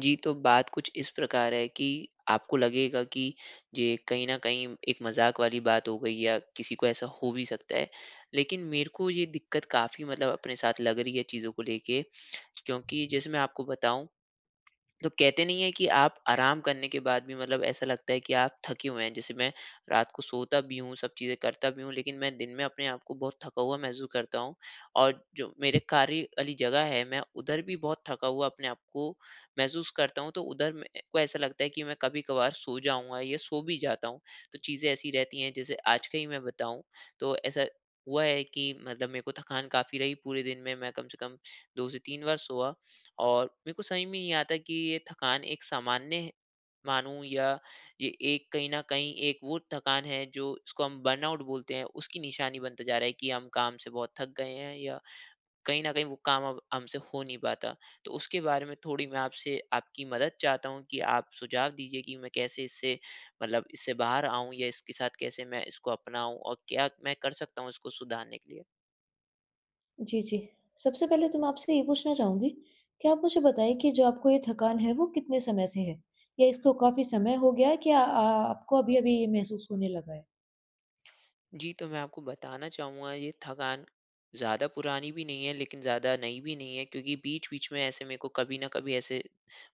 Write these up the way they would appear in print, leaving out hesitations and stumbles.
जी, तो बात कुछ इस प्रकार है कि आपको लगेगा कि ये कहीं न कहीं एक मज़ाक वाली बात हो गई या किसी को ऐसा हो भी सकता है। लेकिन मेरे को ये दिक्कत काफ़ी मतलब अपने साथ लग रही है चीज़ों को लेके, क्योंकि जैसे मैं आपको बताऊँ, तो कहते नहीं है कि आप आराम करने के बाद भी मतलब ऐसा लगता है कि आप थके हुए हैं। जैसे मैं रात को सोता भी हूँ, सब चीज़ें करता भी हूँ, लेकिन मैं दिन में अपने आप को बहुत थका हुआ महसूस करता हूँ। और जो मेरे कार्य वाली जगह है, मैं उधर भी बहुत थका हुआ अपने आप को महसूस करता हूँ, तो उधर को ऐसा लगता है कि मैं कभी कभार सो जाऊंगा या सो भी जाता हूँ। तो चीज़ें ऐसी रहती हैं, जैसे आज का ही मैं बताऊँ, तो ऐसा हुआ है कि मतलब मेरे को थकान काफ़ी रही, पूरे दिन में मैं कम से कम 2 से 3 बार सोआ। और मेरे को समझ में नहीं आता कि ये थकान एक सामान्य मानूं, या ये एक कहीं ना कहीं एक वो थकान है जो इसको हम बर्नआउट बोलते हैं, उसकी निशानी बनता जा रहा है कि हम काम से बहुत थक गए हैं, या कहीं ना कहीं वो काम अब हमसे हो नहीं पाता। तो उसके बारे में थोड़ी मैं आपसे आपकी मदद चाहता हूँ कि आप सुझाव दीजिए कि मैं कैसे इससे मतलब इससे बाहर आऊं, या इसके साथ कैसे मैं इसको अपनाऊं, और क्या मैं कर सकता हूँ इसको सुधारने के लिए। जी, जी। सबसे पहले तो मैं आपसे ये पूछना चाहूँगी, क्या आप मुझे बताइए कि जो आपको ये थकान है, वो कितने समय से है? या इसको काफ़ी समय हो गया है कि आ आ आपको अभी-अभी ये महसूस होने लगा है? जी, तो मैं आपको बताना चाहूँगा, ये थकान ज़्यादा पुरानी भी नहीं है, लेकिन ज़्यादा नई भी नहीं है, क्योंकि बीच-बीच में ऐसे मेरे को कभी न कभी ऐसे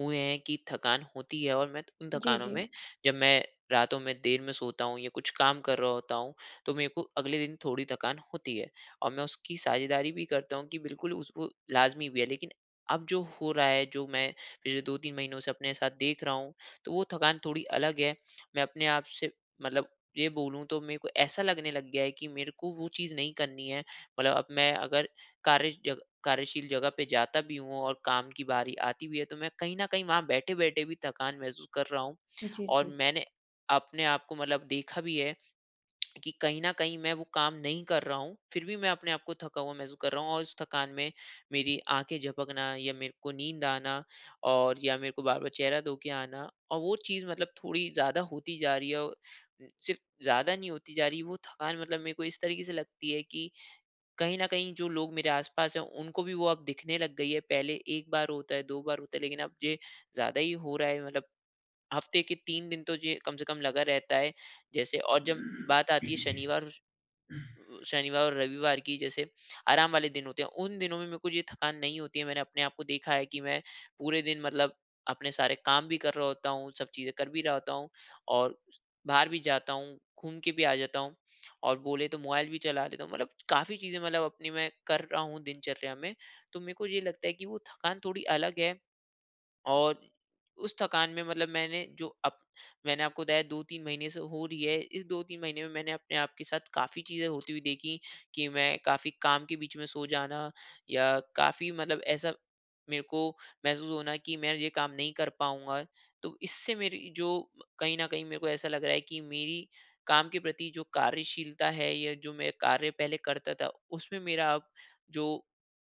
हुए हैं कि थकान होती है, और मैं उन जी, थकानों जी। में जब मैं रातों में देर में सोता हूँ या कुछ काम कर रहा होता हूँ, तो मेरे को अगले दिन थोड़ी थकान होती है। और मैं उसकी साझेदारी भी करता हूँ कि बिल्कुल उसको लाज़मी भी है, लेकिन अब जो हो रहा है, जो मैं पिछले 2-3 महीनों से अपने साथ देख रहा हूँ, तो वो थकान थोड़ी अलग है। मैं अपने आप से मतलब ये बोलूँ, तो मेरे को ऐसा लगने लग गया है कि मेरे को वो चीज़ नहीं करनी है। मतलब अब मैं अगर कार्यशील जगह पे जाता भी हूँ और काम की बारी आती भी है, तो मैं कहीं न कहीं वहाँ बैठे-बैठे भी थकान महसूस कर रहा हूँ। जी, और जी। मैंने अपने आप को मतलब देखा भी है कि कहीं न कहीं मैं वो काम नहीं कर रहा हूँ, फिर भी मैं अपने आप को थका हुआ महसूस कर रहा हूँ, और उस थकान में मेरी आँखें झपकना, या मेरे को नींद आना, और या मेरे को बार-बार चेहरा धो के आना, और वो चीज़ मतलब थोड़ी ज़्यादा होती जा रही है। और सिर्फ़ ज़्यादा नहीं होती जा रही, वो थकान मतलब मेरे को इस तरीके से लगती है कि कहीं न कहीं जो लोग मेरे आस-पास हैं, उनको भी वो अब दिखने लग गई है। पहले 1 बार होता है, 2 बार होता है, लेकिन अब ये ज़्यादा ही हो रहा है, मतलब हफ़्ते के 3 दिन तो ये कम से कम लगा रहता है। जैसे और जब बात आती है शनिवार शनिवार और रविवार की, जैसे आराम वाले दिन होते हैं, उन दिनों में मेरे को ये थकान नहीं होती है। मैंने अपने आप को देखा है कि मैं पूरे दिन मतलब अपने सारे काम भी कर रहा होता हूँ, सब चीज़ें कर भी रहा होता हूँ, और बाहर भी जाता हूँ, घूम के भी आ जाता हूँ, और बोले तो मोबाइल भी चला लेता हूँ। मतलब काफ़ी चीज़ें मतलब अपनी मैं कर रहा हूँ दिनचर्या में, तो मेरे को ये लगता है कि वो थकान थोड़ी अलग है। और उस थकान में मतलब मैंने जो अप मैंने आपको बताया 2-3 महीने से हो रही है। इस 2-3 महीने में मैंने अपने आप के साथ काफ़ी चीज़ें होती हुई देखी, कि मैं काफ़ी काम के बीच में सो जाना, या काफ़ी मतलब ऐसा मेरे को महसूस होना कि मैं ये काम नहीं कर पाऊँगा। तो इससे मेरी जो कहीं न कहीं मेरे को ऐसा लग रहा है कि मेरी काम के प्रति जो कार्यशीलता है, या जो मैं कार्य पहले करता था, उसमें मेरा अब जो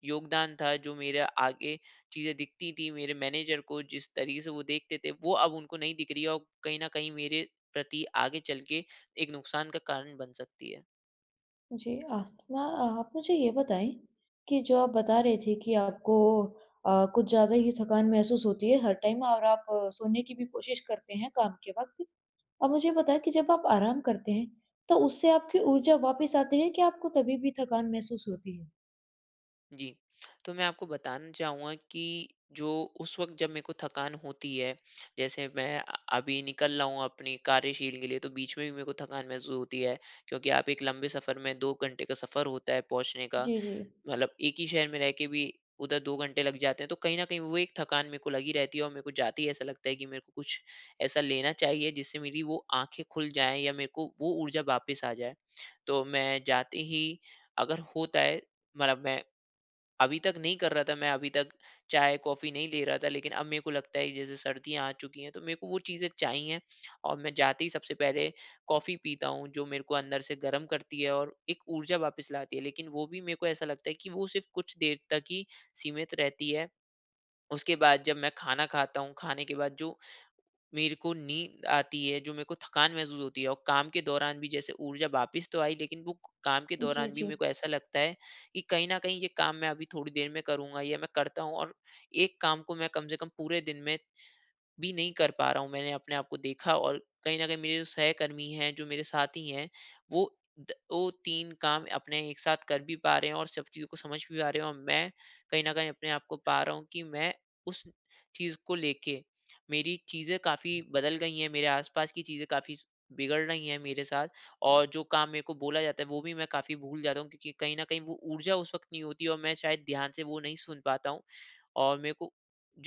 योगदान था, जो मेरा आगे चीज़ें दिखती थी मेरे मैनेजर को, जिस तरीके से वो देखते थे, वो अब उनको नहीं दिख रही है, और कहीं न कहीं मेरे प्रति आगे चल के एक नुकसान का कारण बन सकती है। जी, आसमा आप मुझे ये बताएँ कि जो आप बता रहे थे कि आपको कुछ ज़्यादा ही थकान महसूस होती है हर टाइम और आप सोने की भी कोशिश करते हैं काम के वक़्त। अब मुझे बताएँ कि जब आप आराम करते हैं, तो उससे आपकी ऊर्जा वापस आती है कि आपको तभी भी थकान महसूस होती है? जी, तो मैं आपको बताना चाहूँगा कि जो उस वक़्त जब मेरे को थकान होती है, जैसे मैं अभी निकल रहा हूँ अपनी कार्यशील के लिए, तो बीच में भी मेरे को थकान महसूस होती है, क्योंकि आप एक लंबे सफ़र में 2 घंटे का सफ़र होता है पहुँचने का। जी, जी। मतलब एक ही शहर में रह के भी उधर 2 घंटे लग जाते हैं, तो कहीं न कहीं वो एक थकान मेरे को लगी रहती है, और मेरे को जाते ही ऐसा लगता है कि मेरे को कुछ ऐसा लेना चाहिए जिससे मेरी वो आँखें खुल जाएँ, या मेरे को वो ऊर्जा वापस आ जाए। तो मैं जाते ही अगर होता है, मतलब मैं अभी तक नहीं कर रहा था, मैं अभी तक चाय कॉफ़ी नहीं ले रहा था, लेकिन अब मेरे को लगता है जैसे सर्दियाँ आ चुकी हैं, तो मेरे को वो चीज़ें चाहिए। और मैं जाते ही सबसे पहले कॉफ़ी पीता हूँ, जो मेरे को अंदर से गर्म करती है और एक ऊर्जा वापस लाती है, लेकिन वो भी मेरे को ऐसा लगता है कि वो सिर्फ कुछ देर तक ही सीमित रहती है। उसके बाद जब मैं खाना खाता हूँ, खाने के बाद जो मेरे को नींद आती है, जो मेरे को थकान महसूस होती है, और काम के दौरान भी जैसे ऊर्जा वापस तो आई, लेकिन वो काम के जी, दौरान भी जी। मेरे को ऐसा लगता है कि कहीं न कहीं ये काम मैं अभी थोड़ी देर में करूँगा, या मैं करता हूँ, और एक काम को मैं कम से कम पूरे दिन में भी नहीं कर पा रहा हूँ। मैंने अपने आप को देखा, और कहीं न कहीं मेरे जो सहकर्मी हैं, जो मेरे साथी हैं, वो 3 काम अपने एक साथ कर भी पा रहे हैं, और सब चीज़ों को समझ भी पा रहे हैं, और मैं कहीं न कहीं अपने आप को पा रहा हूँ कि मैं उस चीज़ को लेके मेरी चीज़ें काफ़ी बदल गई हैं, मेरे आस-पास की चीज़ें काफ़ी स बिगड़ रही हैं मेरे साथ। और जो काम मेरे को बोला जाता है, वो भी मैं काफ़ी भूल जाता हूँ, क्योंकि कहीं न कहीं वो ऊर्जा उस वक़्त नहीं होती, और मैं शायद ध्यान से वो नहीं सुन पाता हूँ। और मेरे को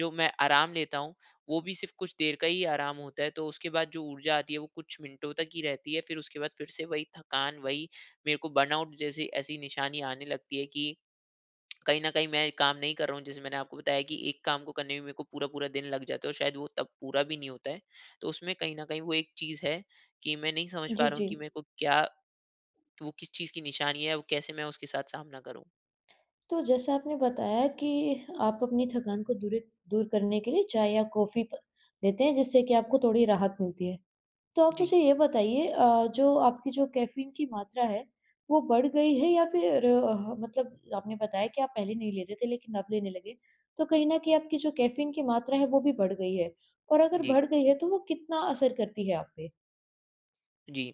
जो मैं आराम लेता हूँ, वो भी सिर्फ़ कुछ देर का ही आराम होता है, तो उसके बाद जो ऊर्जा आती है, वो कुछ मिनटों तक ही रहती है। फिर उसके बाद फिर से वही थकान, वही मेरे को बर्नआउट जैसी ऐसी निशानी आने लगती है कि कहीं न कहीं मैं काम नहीं कर रहा हूँ। जैसे मैंने आपको बताया कि एक काम को करने में मेरे को पूरा-पूरा दिन लग जाता है, और शायद वो तब पूरा भी नहीं होता है। तो उसमें कहीं न कहीं वो एक चीज़ है कि मैं नहीं समझ पा जी, रहा हूँ जी। कि मेरे को क्या, वो किस चीज़ की निशानी है और कैसे मैं उसके साथ सामना करूँ? तो जैसा आपने बताया कि आप अपनी थकान को दूर करने के लिए चाय या कॉफ़ी प लेते हैं जिससे कि आपको थोड़ी राहत मिलती है। तो आप जी, मुझे ये बताइए जो आपकी जो कैफ़ीन की मात्रा है, वो बढ़ गई है या फिर मतलब आपने बताया कि आप पहले नहीं लेते थे लेकिन अब लेने लगे। तो कहीं न कहीं आपकी जो कैफ़ीन की मात्रा है वो भी बढ़ गई है और अगर जी। बढ़ गई है तो वो कितना असर करती है आप पे? जी,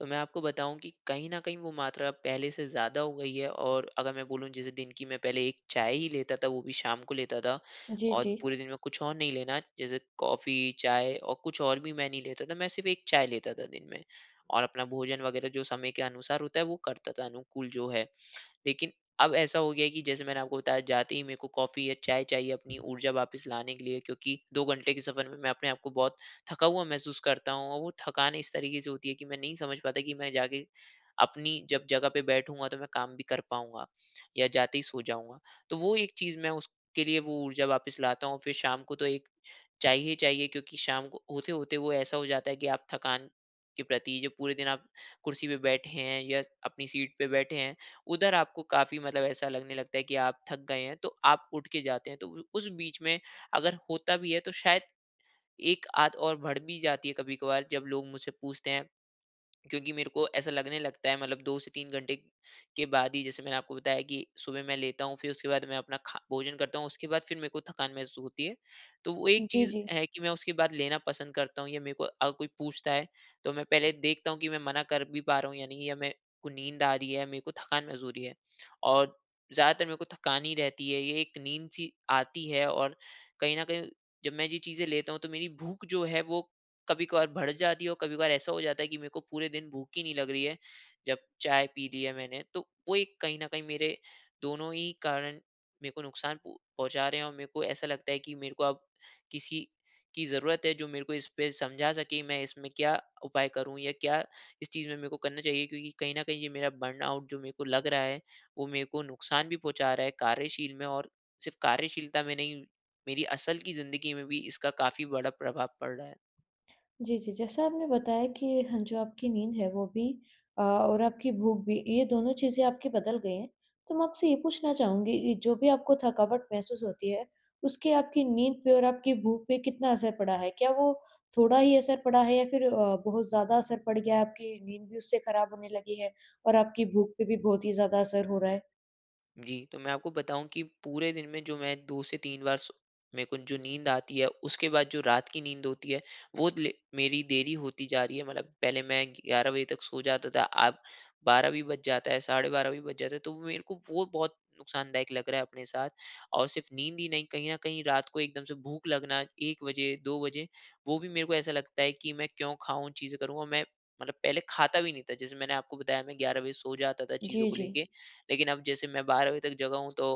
तो मैं आपको बताऊँ कि कहीं न कहीं वो मात्रा पहले से ज़्यादा हो गई है। और अगर मैं बोलूँ, जैसे दिन की मैं पहले 1 चाय ही लेता था, वो भी शाम को लेता था। जी, और जी। पूरे दिन में कुछ और नहीं लेना, जैसे कॉफ़ी, चाय और कुछ और भी मैं नहीं लेता था, मैं सिर्फ़ 1 चाय लेता था दिन में। और अपना भोजन वग़ैरह जो समय के अनुसार होता है, वो करता था, अनुकूल जो है। लेकिन अब ऐसा हो गया है कि जैसे मैंने आपको बताया, जाते ही मेरे को कॉफ़ी या चाय चाहिए अपनी ऊर्जा वापस लाने के लिए, क्योंकि 2 घंटे के सफ़र में मैं अपने आप को बहुत थका हुआ महसूस करता हूँ। और वो थकान इस तरीके से होती है कि मैं नहीं समझ पाता कि मैं जाके अपनी जब जगह पे बैठूँगा, तो मैं काम भी कर पाऊँगा या जाते ही सो जाऊँगा। तो वो एक चीज़, मैं उसके लिए वो ऊर्जा वापस लाता हूँ। फिर शाम को तो एक चाहिए ही चाहिए, क्योंकि शाम को होते-होते वो ऐसा हो जाता है कि आप थकान के प्रति, जो पूरे दिन आप कुर्सी पे बैठे हैं या अपनी सीट पे बैठे हैं, उधर आपको काफ़ी, मतलब ऐसा लगने लगता है कि आप थक गए हैं, तो आप उठ के जाते हैं। तो उ उस बीच में अगर होता भी है, तो शायद एक आध और बढ़ भी जाती है कभी-कभार, जब लोग मुझसे पूछते हैं, क्योंकि मेरे को ऐसा लगने लगता है, मतलब 2 से 3 घंटे के बाद ही। जैसे मैंने आपको बताया कि सुबह मैं लेता हूँ, फिर उसके बाद मैं अपना खा भोजन करता हूँ, उसके बाद फिर मेरे को थकान महसूस होती है। तो वो एक जी, चीज़ जी। है कि मैं उसके बाद लेना पसंद करता हूँ, या मेरे को अगर कोई पूछता है, तो मैं पहले देखता हूँ कि मैं मना कर भी पा रहा हूँ या नहीं, या मेरे को नींद आ रही है, या मेरे को थकान महसूस हो रही है। और ज़्यादातर मेरे को थकान ही रहती है, ये एक नींद-सी आती है। और कहीं न कहीं, जब मैं ये चीज़ें लेता हूँ, तो मेरी भूख जो है वो कभी-कभार बढ़ जाती है, और कभी-कभार ऐसा हो जाता है कि मेरे को पूरे दिन भूख ही नहीं लग रही है, जब चाय पी ली है मैंने। तो वो एक कहीं न कहीं मेरे दोनों ही कारण मेरे को नुकसान पु पहुँचा रहे हैं। और मेरे को ऐसा लगता है कि मेरे को अब किसी की ज़रूरत है जो मेरे को इस पे समझा सके, मैं इसमें क्या उपाय करूँ या क्या इस चीज़ में मेरे को करना चाहिए? क्योंकि कहीं न कहीं ये मेरा बर्नआउट, जो मेरे को लग रहा है, वो मेरे को नुकसान भी पहुँचा रहा है कार्यशील में। और सिर्फ़ कार्यशीलता में नहीं, मेरी असल की ज़िंदगी में भी इसका काफ़ी बड़ा प्रभाव पड़ रहा है। जी, जी। जैसा आपने बताया कि हाँ, जो आपकी नींद है वो भी और आपकी भूख भी ये दोनों चीज़ें आपकी बदल गई हैं। तो मैं आपसे ये पूछना चाहूँगी ये जो भी आपको थकावट महसूस होती है, उसके आपकी नींद पे और आपकी भूख पे कितना असर पड़ा है? क्या वो थोड़ा ही असर पड़ा है या फिर बहुत ज़्यादा असर पड़ गया है, आपकी नींद भी उससे खराब होने लगी है और आपकी भूख पे भी बहुत ही ज़्यादा असर हो रहा है? जी, तो मैं आपको बताऊँ कि पूरे दिन में जो मैं 2 से 3 बार सो, मेरे को जो नींद आती है, उसके बाद जो रात की नींद होती है, वो ले मेरी देरी होती जा रही है। मतलब पहले मैं 11 बजे तक सो जाता था, अब 12 भी बज जाता है, साढ़े 12 भी बज जाता है, तो मेरे को वो बहुत नुकसानदायक लग रहा है अपने साथ। और सिर्फ़ नींद ही नहीं, कहीं न कहीं रात को एकदम से भूख लगना 1 बजे, 2 बजे, वो भी। मेरे को ऐसा लगता है कि मैं क्यों खाऊँ, चीज़ें करूँ, और मैं मतलब पहले खाता भी नहीं था। जैसे मैंने आपको बताया, मैं 11 बजे सो जाता था चीज़ों जी, को जी। लेके, लेकिन अब जैसे मैं 12 बजे तक जगा हूँ, तो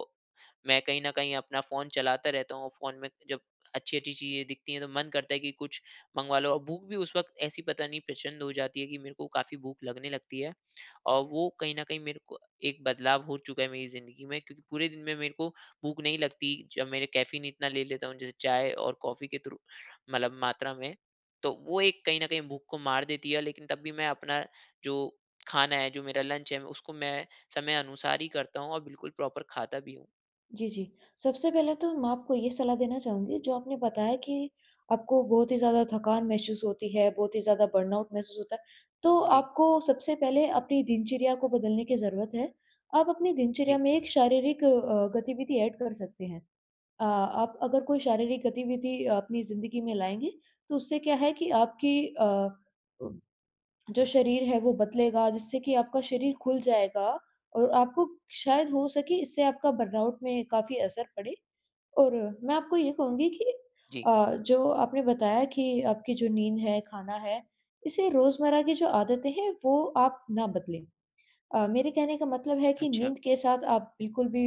मैं कहीं न कहीं अपना फ़ोन चलाता रहता हूँ, और फ़ोन में जब अच्छी-अच्छी चीज़ें दिखती हैं, तो मन करता है कि कुछ मँगवा लो, और भूख भी उस वक़्त ऐसी पता नहीं प्रचंड हो जाती है कि मेरे को काफ़ी भूख लगने लगती है। और वो कहीं न कहीं मेरे को एक बदलाव हो चुका है मेरी ज़िंदगी में, क्योंकि पूरे दिन में मेरे को भूख नहीं लगती, जब मैंने कैफ़ीन इतना ले लेता हूँ, जैसे चाय और कॉफ़ी के थ्रू, मतलब मात्रा में, तो वो एक कहीं न कहीं भूख को मार देती है। लेकिन तब भी मैं अपना जो खाना है, जो मेरा लंच है, उसको मैं समय अनुसार ही करता हूँ और बिल्कुल प्रॉपर खाता भी हूँ। जी, जी। सबसे पहले तो मैं आपको ये सलाह देना चाहूँगी जो आपने बताया कि आपको बहुत ही ज़्यादा थकान महसूस होती है, बहुत ही ज़्यादा बर्नआउट महसूस होता है, तो जी, आपको सबसे पहले अपनी दिनचर्या को बदलने की ज़रूरत है। आप अपनी दिनचर्या जी, में एक शारीरिक गतिविधि ऐड कर सकते हैं। आप अगर कोई शारीरिक गतिविधि अपनी ज़िंदगी में लाएँगे, तो उससे क्या है कि जो शरीर है वो बदलेगा, जिससे कि आपका शरीर खुल जाएगा और आपको शायद हो सके इससे आपका बर्नआउट में काफ़ी असर पड़े। और मैं आपको ये कहूँगी कि जी। अ, जो आपने बताया कि आपकी जो नींद है, खाना है, इसे रोज़मर्रा की जो आदतें हैं वो आप ना बदलें। मेरे कहने का मतलब है कि अच्छा, नींद के साथ आप बिल्कुल भी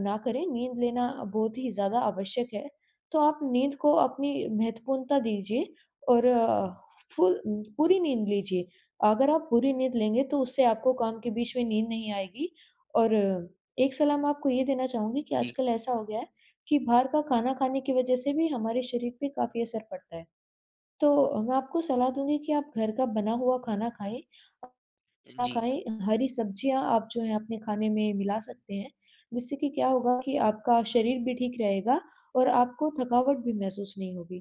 ना करें, नींद लेना बहुत ही ज़्यादा आवश्यक है। तो आप नींद को अपनी महत्वपूर्णता दीजिए और फुल पूरी नींद लीजिए। अगर आप पूरी नींद लेंगे तो उससे आपको काम के बीच में नींद नहीं आएगी और एक सलाह मैं आपको ये देना चाहूँगी कि जी, आजकल ऐसा हो गया है कि बाहर का खाना खाने की वज़ह से भी हमारे शरीर पे काफ़ी असर पड़ता है। तो मैं आपको सलाह दूँगी कि आप घर का बना हुआ खाना खाएँ। ना जी, खाएँ, हरी सब्जियाँ आप जो है अपने खाने में मिला सकते हैं, जिससे कि क्या होगा कि आपका शरीर भी ठीक रहेगा और आपको थकावट भी महसूस नहीं होगी।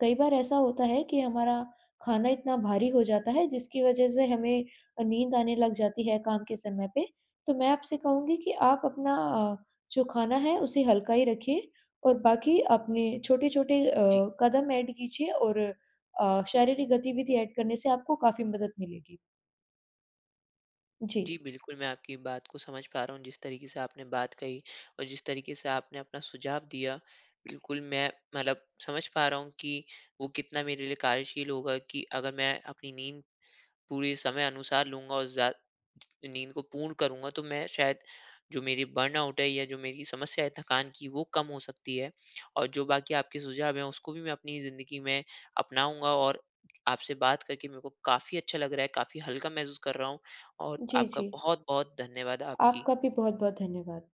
कई बार ऐसा होता है कि हमारा खाना इतना भारी हो जाता है जिसकी वजह से हमें नींद आने लग जाती है काम के समय पे, तो मैं आपसे कहूँगी कि आप अपना जो खाना है उसे हल्का ही रखिए और बाकी अपने छोटे-छोटे जी। कदम ऐड कीजिए और शारीरिक गतिविधि ऐड करने से आपको काफ़ी मदद मिलेगी। जी। जी, बिल्कुल मैं आपकी बात को समझ पा रहा हूँ, जिस तरीके से आपने बात कही और जिस तरीके से आपने अपना सुझाव दिया। बिल्कुल मैं, मतलब, समझ पा रहा हूँ कि वो कितना मेरे लिए कार्यशील होगा, कि अगर मैं अपनी नींद पूरे समय अनुसार लूँगा और ज़्या नींद को पूर्ण करूँगा, तो मैं शायद, जो मेरी बर्नआउट है या जो मेरी समस्या है थकान की, वो कम हो सकती है। और जो बाकी आपके सुझाव हैं उसको भी मैं अपनी ज़िंदगी में अपनाऊँगा, और आपसे बात करके मेरे को काफ़ी अच्छा लग रहा है, काफ़ी हल्का महसूस कर रहा हूँ। और जी, आपका जी। बहुत-बहुत धन्यवाद आपकी। आपका भी बहुत-बहुत धन्यवाद।